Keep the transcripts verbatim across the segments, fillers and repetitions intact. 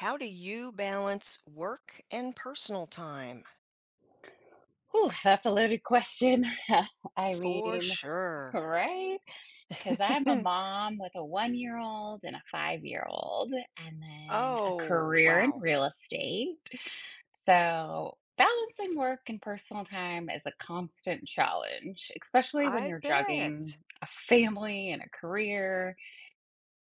How do you balance work and personal time? Whew, that's a loaded question. I For mean, sure. right? Because I'm a mom with a one year old and a five year old, and then a Oh, career in wow. real estate. So, balancing work and personal time is a constant challenge, especially when I you're juggling bet. a family and a career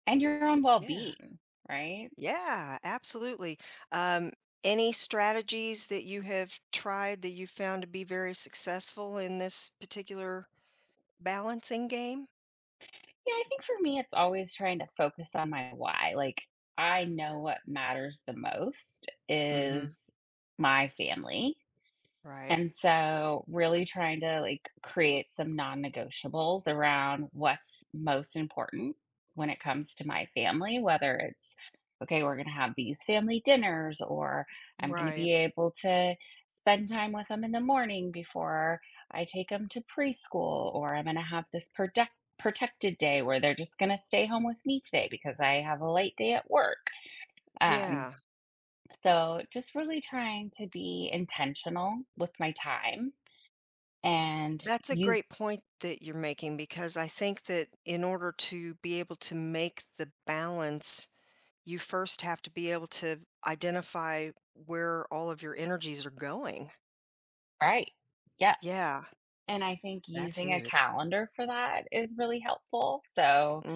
and your own well Yeah. being, right? Yeah, absolutely. Um, any strategies that you have tried that you found to be very successful in this particular balancing game? Yeah, I think for me, it's always trying to focus on my why. Like, I know what matters the most Mhm. is my family. Right. And so really trying to, like, create some non-negotiables around what's most important when it comes to my family, whether it's, "Okay, we're gonna have these family dinners," or, "I'm gonna Right. be able to spend time with them in the morning before I take them to preschool," or, "I'm gonna have this protect protected day where they're just gonna stay home with me today because I have a late day at work." Um, Yeah. so just really trying to be intentional with my time and That's a use great point that you're making because I think that in order to be able to make the balance you first have to be able to identify where all of your energies are going. right, yes. Yeah, And I think that's using a huge. calendar for that is really helpful. So Mm.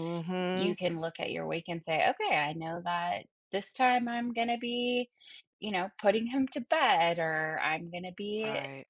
you Mhm. can look at your week and say, okay, I know that this time I'm going to be, you know, putting him to bed or I'm going to be, Right.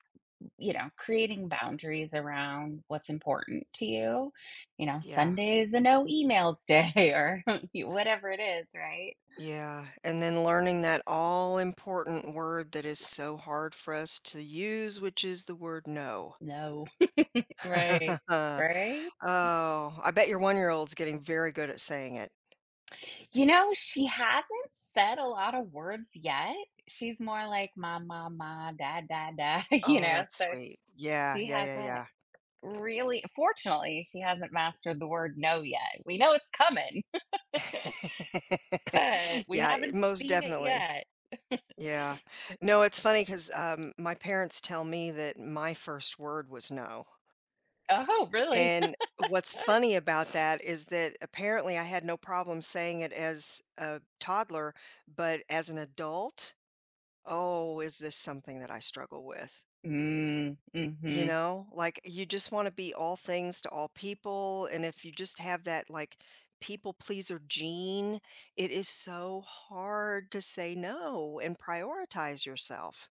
you know, creating boundaries around what's important to you. You know, Yeah. Sunday is a no emails day or whatever it is, right? Yeah. And then learning that all important word that is so hard for us to use, which is the word no. No, right, Oh, right. I bet your one-year-old's-year-old's getting very good at saying it. You know, she hasn't said a lot of words yet. She's more like ma, ma, ma, da, da, da, you Oh, know, that's so sh sweet. Yeah, she yeah, yeah, hasn't yeah. really fortunately, she hasn't mastered the word no yet. We know it's coming, but we Yeah, haven't most seen it definitely. yet. Yeah. No, it's funny because um, my parents tell me that my first word was "no," Oh, really? and what's funny about that is that apparently I had no problem saying it as a toddler, but as an adult, oh, is this something that I struggle with, Mm, you mhm. know? Like, you just wanna be all things to all people, and if you just have that, like, people pleaser gene, it is so hard to say no and prioritize yourself.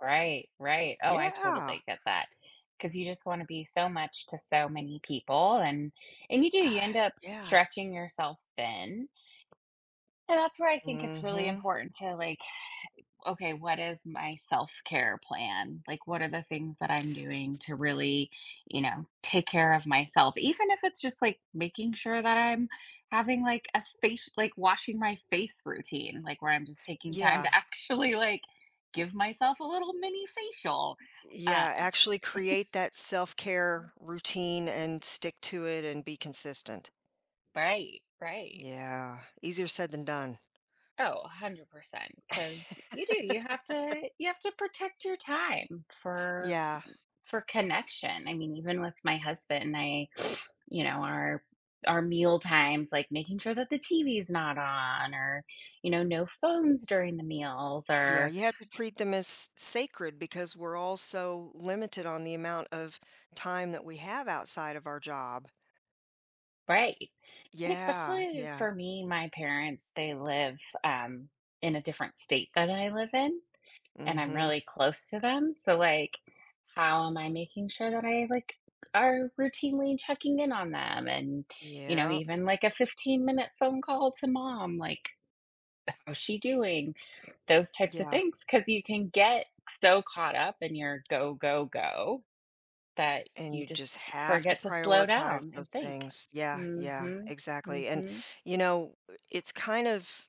Right, right. Oh, I Yeah. totally get that because you just wanna be so much to so many people, and and you do, you end up Yeah. stretching yourself thin. And that's where I think Mm. it's really Mhm. important to like, okay, what is my self care plan? Like, what are the things that I'm doing to really, you know, take care of myself? Even if it's just like making sure that I'm having like a face, like washing my face routine, like where I'm just taking time Yeah. to actually like give myself a little mini facial. Um, Yeah, actually create that self-care routine and stick to it and be consistent. right, right. Yeah, easier said than done. Oh, one hundred percent. Because you do, you have to, you have to protect your time for Yeah. for connection. I mean, even with my husband, I, you know, our our meal times, like making sure that the T V's not on or, you know, no phones during the meals Yeah, or you have to treat them as sacred because we're all so limited on the amount of time that we have outside of our job. right. And Yeah, especially yeah. for me, my parents, they live um in a different state that I live in Mm. and I'm Mhm. really close to them. So like how am I making sure that I like are routinely checking in on them and you know Yep. even like a fifteen minute phone call to mom like how's she doing? Those types of Yeah. things? Because you can get so caught up in your go, go, go that And you you just just have to forget to slow prioritize down those and think. things. Yeah, yeah, Mhm, exactly. And, mhm, you know, it's kind of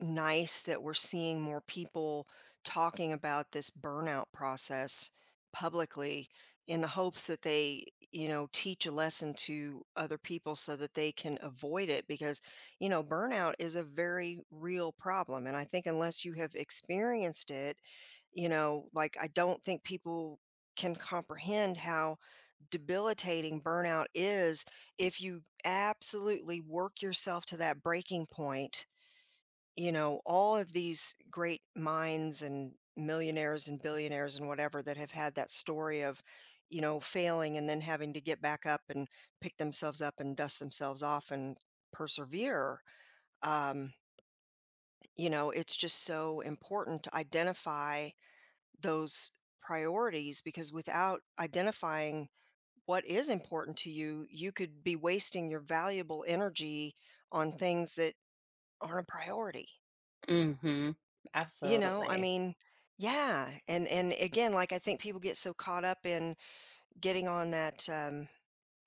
nice that we're seeing more people talking about this burnout process publicly in the hopes that they you know teach a lesson to other people so that they can avoid it, because you know burnout is a very real problem, and I think unless you have experienced it, you know like, I don't think people can comprehend how debilitating burnout is if you absolutely work yourself to that breaking point. You know, all of these great minds and millionaires and billionaires and whatever that have had that story of, you know, failing and then having to get back up and pick themselves up and dust themselves off and persevere. Um, you know, it's just so important to identify those priorities because without identifying what is important to you, you could be wasting your valuable energy on things that aren't a priority. mhm. You know, I Absolutely. mean, yeah, and and again, like, I think people get so caught up in getting on that um,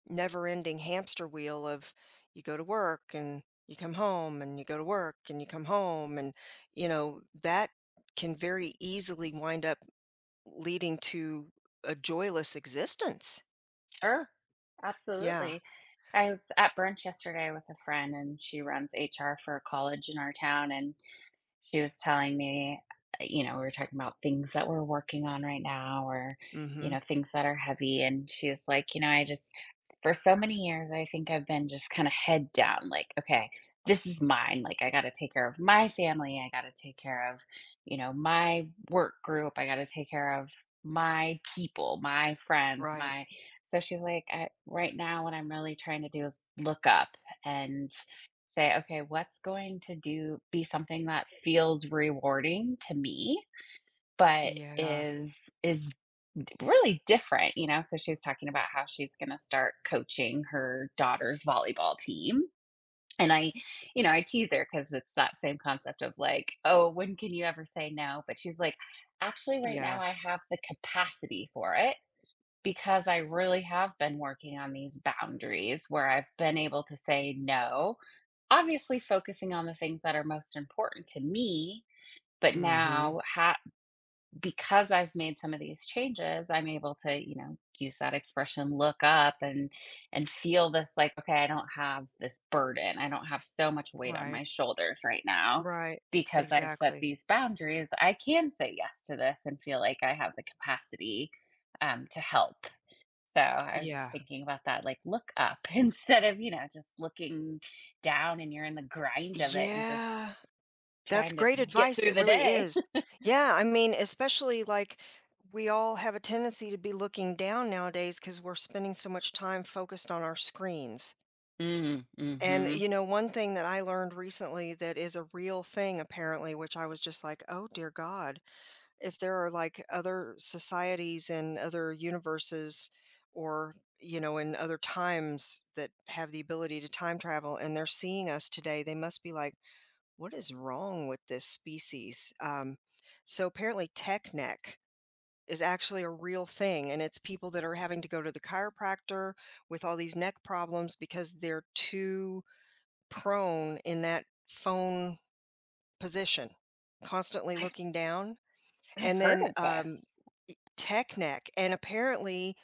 never-ending hamster wheel of you go to work and you come home and you go to work and you come home, and you know that can very easily wind up leading to a joyless existence. Sure. Yeah. Absolutely. I was at brunch yesterday with a friend, and she runs H R for a college in our town, and she was telling me, uh, you know, we were talking about things that we're working on right now or, you know, Hmm. things that are heavy. And she was like, you know, I just, for so many years, I think I've been just kind of head down, like, okay, this is mine. Like, I got to take care of my family. I got to take care of, you know, my work group. I got to take care of my people, my friends, Right. my. So she's like, I, right now, what I'm really trying to do is look up and say, okay, what's going to do be something that feels rewarding to me, but Yeah. is is d- really different, you know? So she was talking about how she's going to start coaching her daughter's volleyball team. And I, you know, I tease her because it's that same concept of like, oh, when can you ever say no? But she's like, actually, right now Yeah. I have the capacity for it because I really have been working on these boundaries where I've been able to say no. Obviously focusing on the things that are most important to me, but Hmm. now ha because I've made some of these changes, I'm able to, you know, use that expression, look up and and feel this like, okay, I don't have this burden. I don't have so much weight on Right. my shoulders right now Right. because I've set Exactly. these boundaries. I can say yes to this and feel like I have the capacity um, to help. So I was just Yeah. thinking about that, like look up instead of, you know, just looking down and you're in the grind of it and just Yeah. That's trying to great get advice, through it the really day. is. Yeah, I mean, especially, like, we all have a tendency to be looking down nowadays because 'cause we're spending so much time focused on our screens. Mm, And, mhm. you know, one thing that I learned recently that is a real thing apparently, which I was just like, "Oh, dear God." If there are, like, other societies and other universes or, you know, in other times that have the ability to time travel and they're seeing us today, they must be like, what is wrong with this species? Um, so apparently, tech neck is actually a real thing, and it's people that are having to go to the chiropractor with all these neck problems because they're too prone in that phone position, constantly I've looking down. I've And heard then of um, this. e- tech neck, and apparently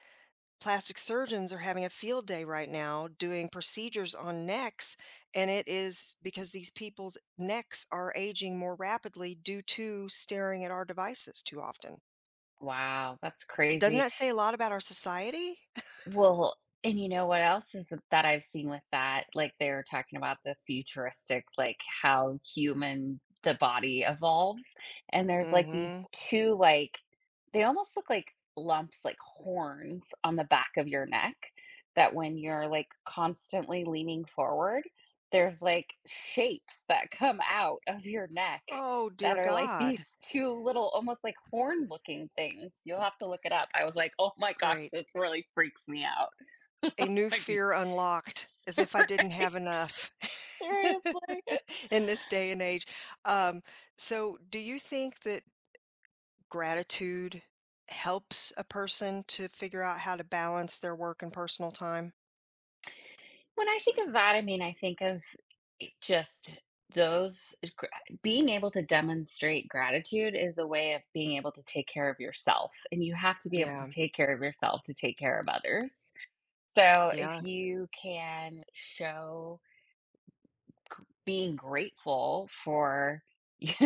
plastic surgeons are having a field day right now doing procedures on necks, and it is because these people's necks are aging more rapidly due to staring at our devices too often. Wow, that's Doesn't crazy. that say a lot about our society? Well, and you know what else is th that I've seen with that? Like, they were talking about the futuristic, like, how human the body evolves, and there's, like, these Hmm. two, like they almost look like lumps, like horns on the back of your neck that when you're, like, constantly leaning forward, there's, like, shapes that come out of your neck Oh, that dear are like God. these two little, almost like horn looking things. You'll have to look it up. I was like, "Oh my gosh, this Great. really freaks me out." A new Like, fear unlocked, as if I didn't right? have enough Seriously. in this day and age. Um, so do you think that gratitude helps a person to figure out how to balance their work and personal time? When I think of that, I mean, I think of just those eh, gr eh, being able to demonstrate gratitude is a way of being able to take care of yourself, and you have to be able to Yeah, take care of yourself to take care of others. So, if yeah, you can show g- being grateful for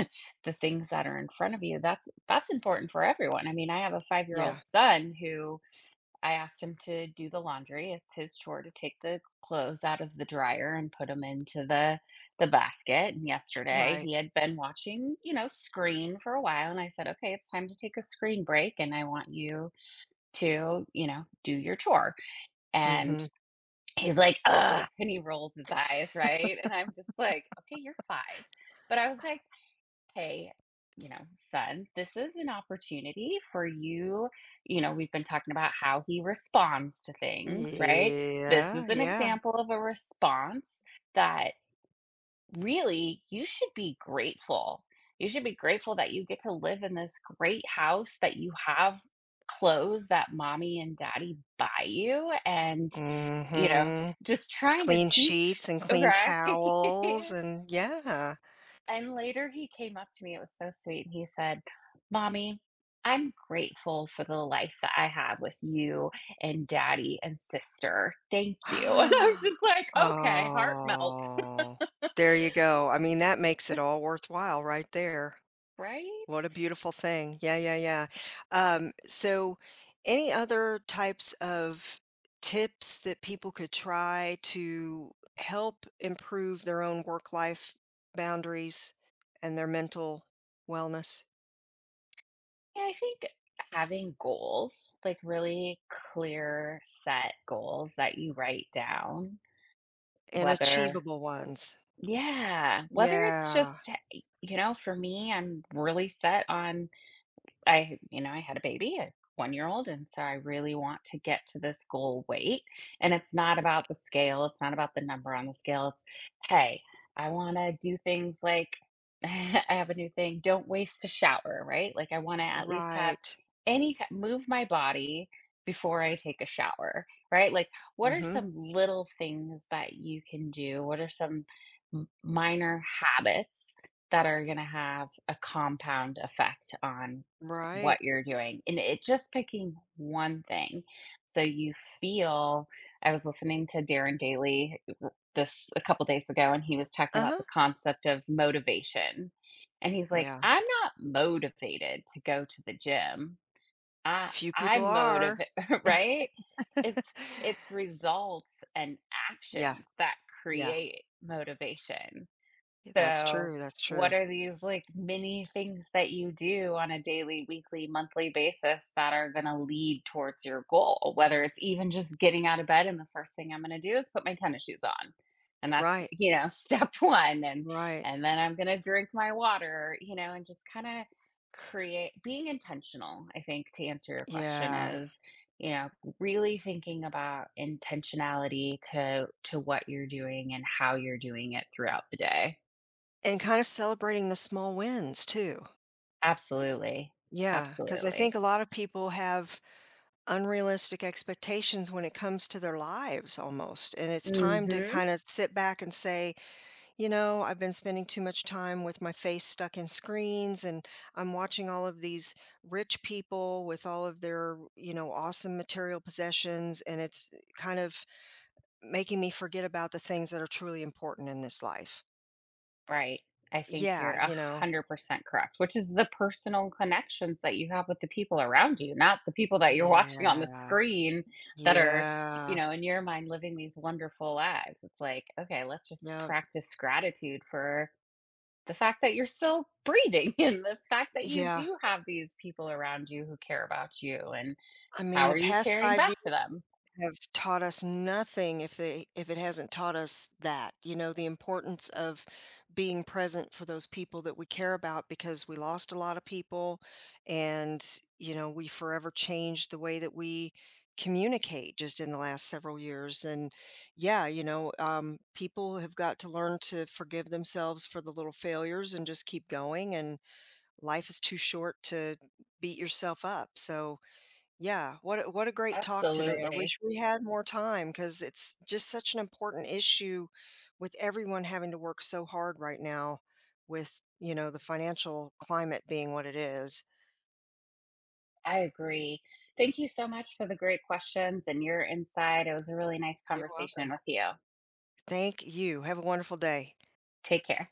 the things that are in front of you, that's that's important for everyone. I mean, I have a five year old yeah, son who I asked him to do the laundry. It's his chore to take the clothes out of the dryer and put them into the the basket. And yesterday right. he had been watching, you know, screen for a while, and I said, okay, it's time to take a screen break, and I want you to, you know, do your chore. Mm. And Mhm. he's like, "Ugh," and he rolls his eyes, right? And I'm just like, "Okay, you're five." But I was like, "Hey, you know, son, this is an opportunity for you." You know, we've been talking about how he responds to things, right? This Yeah, is an yeah. example of a response that really you should be grateful. You should be grateful that you get to live in this great house, that you have clothes that mommy and daddy buy you, and Mm. you know, Mhm. just trying to Clean teach, sheets and clean right? towels and yeah. And later he came up to me, it was so sweet, and he said, Mommy, I'm grateful for the life that I have with you and daddy and sister. Thank you. And I was just like, okay, heart melt, Oh, there you go. I mean, that makes it all worthwhile right there. right? What a beautiful thing. Yeah, yeah, yeah. Um, so any other types of tips that people could try to help improve their own work-life boundaries and their mental wellness, Yeah, I think having goals, like really clear set goals that you write down, and whether achievable ones? Yeah, whether it's Yeah, just, eh, you know, for me, I'm really set on I, you know, I had a baby, a one year old, and so I really want to get to this goal weight. And it's not about the scale, it's not about the number on the scale. It's, hey, I want to do things like I have a new thing, don't waste a shower, right? Like, I want to at least have right. any ki- move my body before I take a shower, right? Like, what are Mm-hmm. some little things that you can do? What are some m- minor habits that are going to have a compound effect on what Right. you're doing, and it's just picking one thing. So you feel I was listening to Darren Daly w this a couple days ago, and he was talking about the Uh-huh. concept of motivation, and he's like, Yeah. "I'm not motivated to go to the gym. I Few people I'm are. motiva" right? It's it's results and Yeah, actions that yeah. create motivation. Yeah, that's So, true, that's what true. are these like mini things that you do on a daily, weekly, monthly basis that are going to lead towards your goal? Whether it's even just getting out of bed and the first thing I'm going to do is put my tennis shoes on. And that's, Right, you know, step one, and right. and then I'm going to drink my water, you know, and just kind of create being intentional, I think to answer your question Yeah, is, you know, really thinking about intentionality to to what you're doing and how you're doing it throughout the day. and kinda celebrating the small wins too. Absolutely, Yeah, because I think absolutely. a lot of people have unrealistic expectations when it comes to their lives almost, and it's time to Mhm. kinda sit back and say, "You know, I've been spending too much time with my face stuck in screens, and I'm watching all of these rich people with all of their, you know, awesome material possessions, and it's kind of making me forget about the things that are truly important in this life." Right. I think Yeah, you're you know? one hundred percent correct, which is the personal connections that you have with the people around you, not the people that you're watching on the Yeah, screen that are, you yeah, know, in your mind living these wonderful lives. It's like, okay, let's just yeah, practice gratitude for the fact that you're still breathing and the fact that you yeah. do have these people around you who care about you, and I mean, how the are you past caring five back to them? have taught us nothing if they if it hasn't taught us that you know the importance of being present for those people that we care about, because we lost a lot of people, and you know we forever changed the way that we communicate just in the last several years. And yeah, you know um, people have got to learn to forgive themselves for the little failures and just keep going, and life is too short to beat yourself up. So yeah, what a what a great talk today. I Absolutely. wish we had more time because it's just such an important issue with everyone having to work so hard right now with, you know, the financial climate being what it is. I agree. Thank you so much for the great questions and your insight. It was a really nice You're conversation welcome. with you. Thank you. Have a wonderful day. Take care.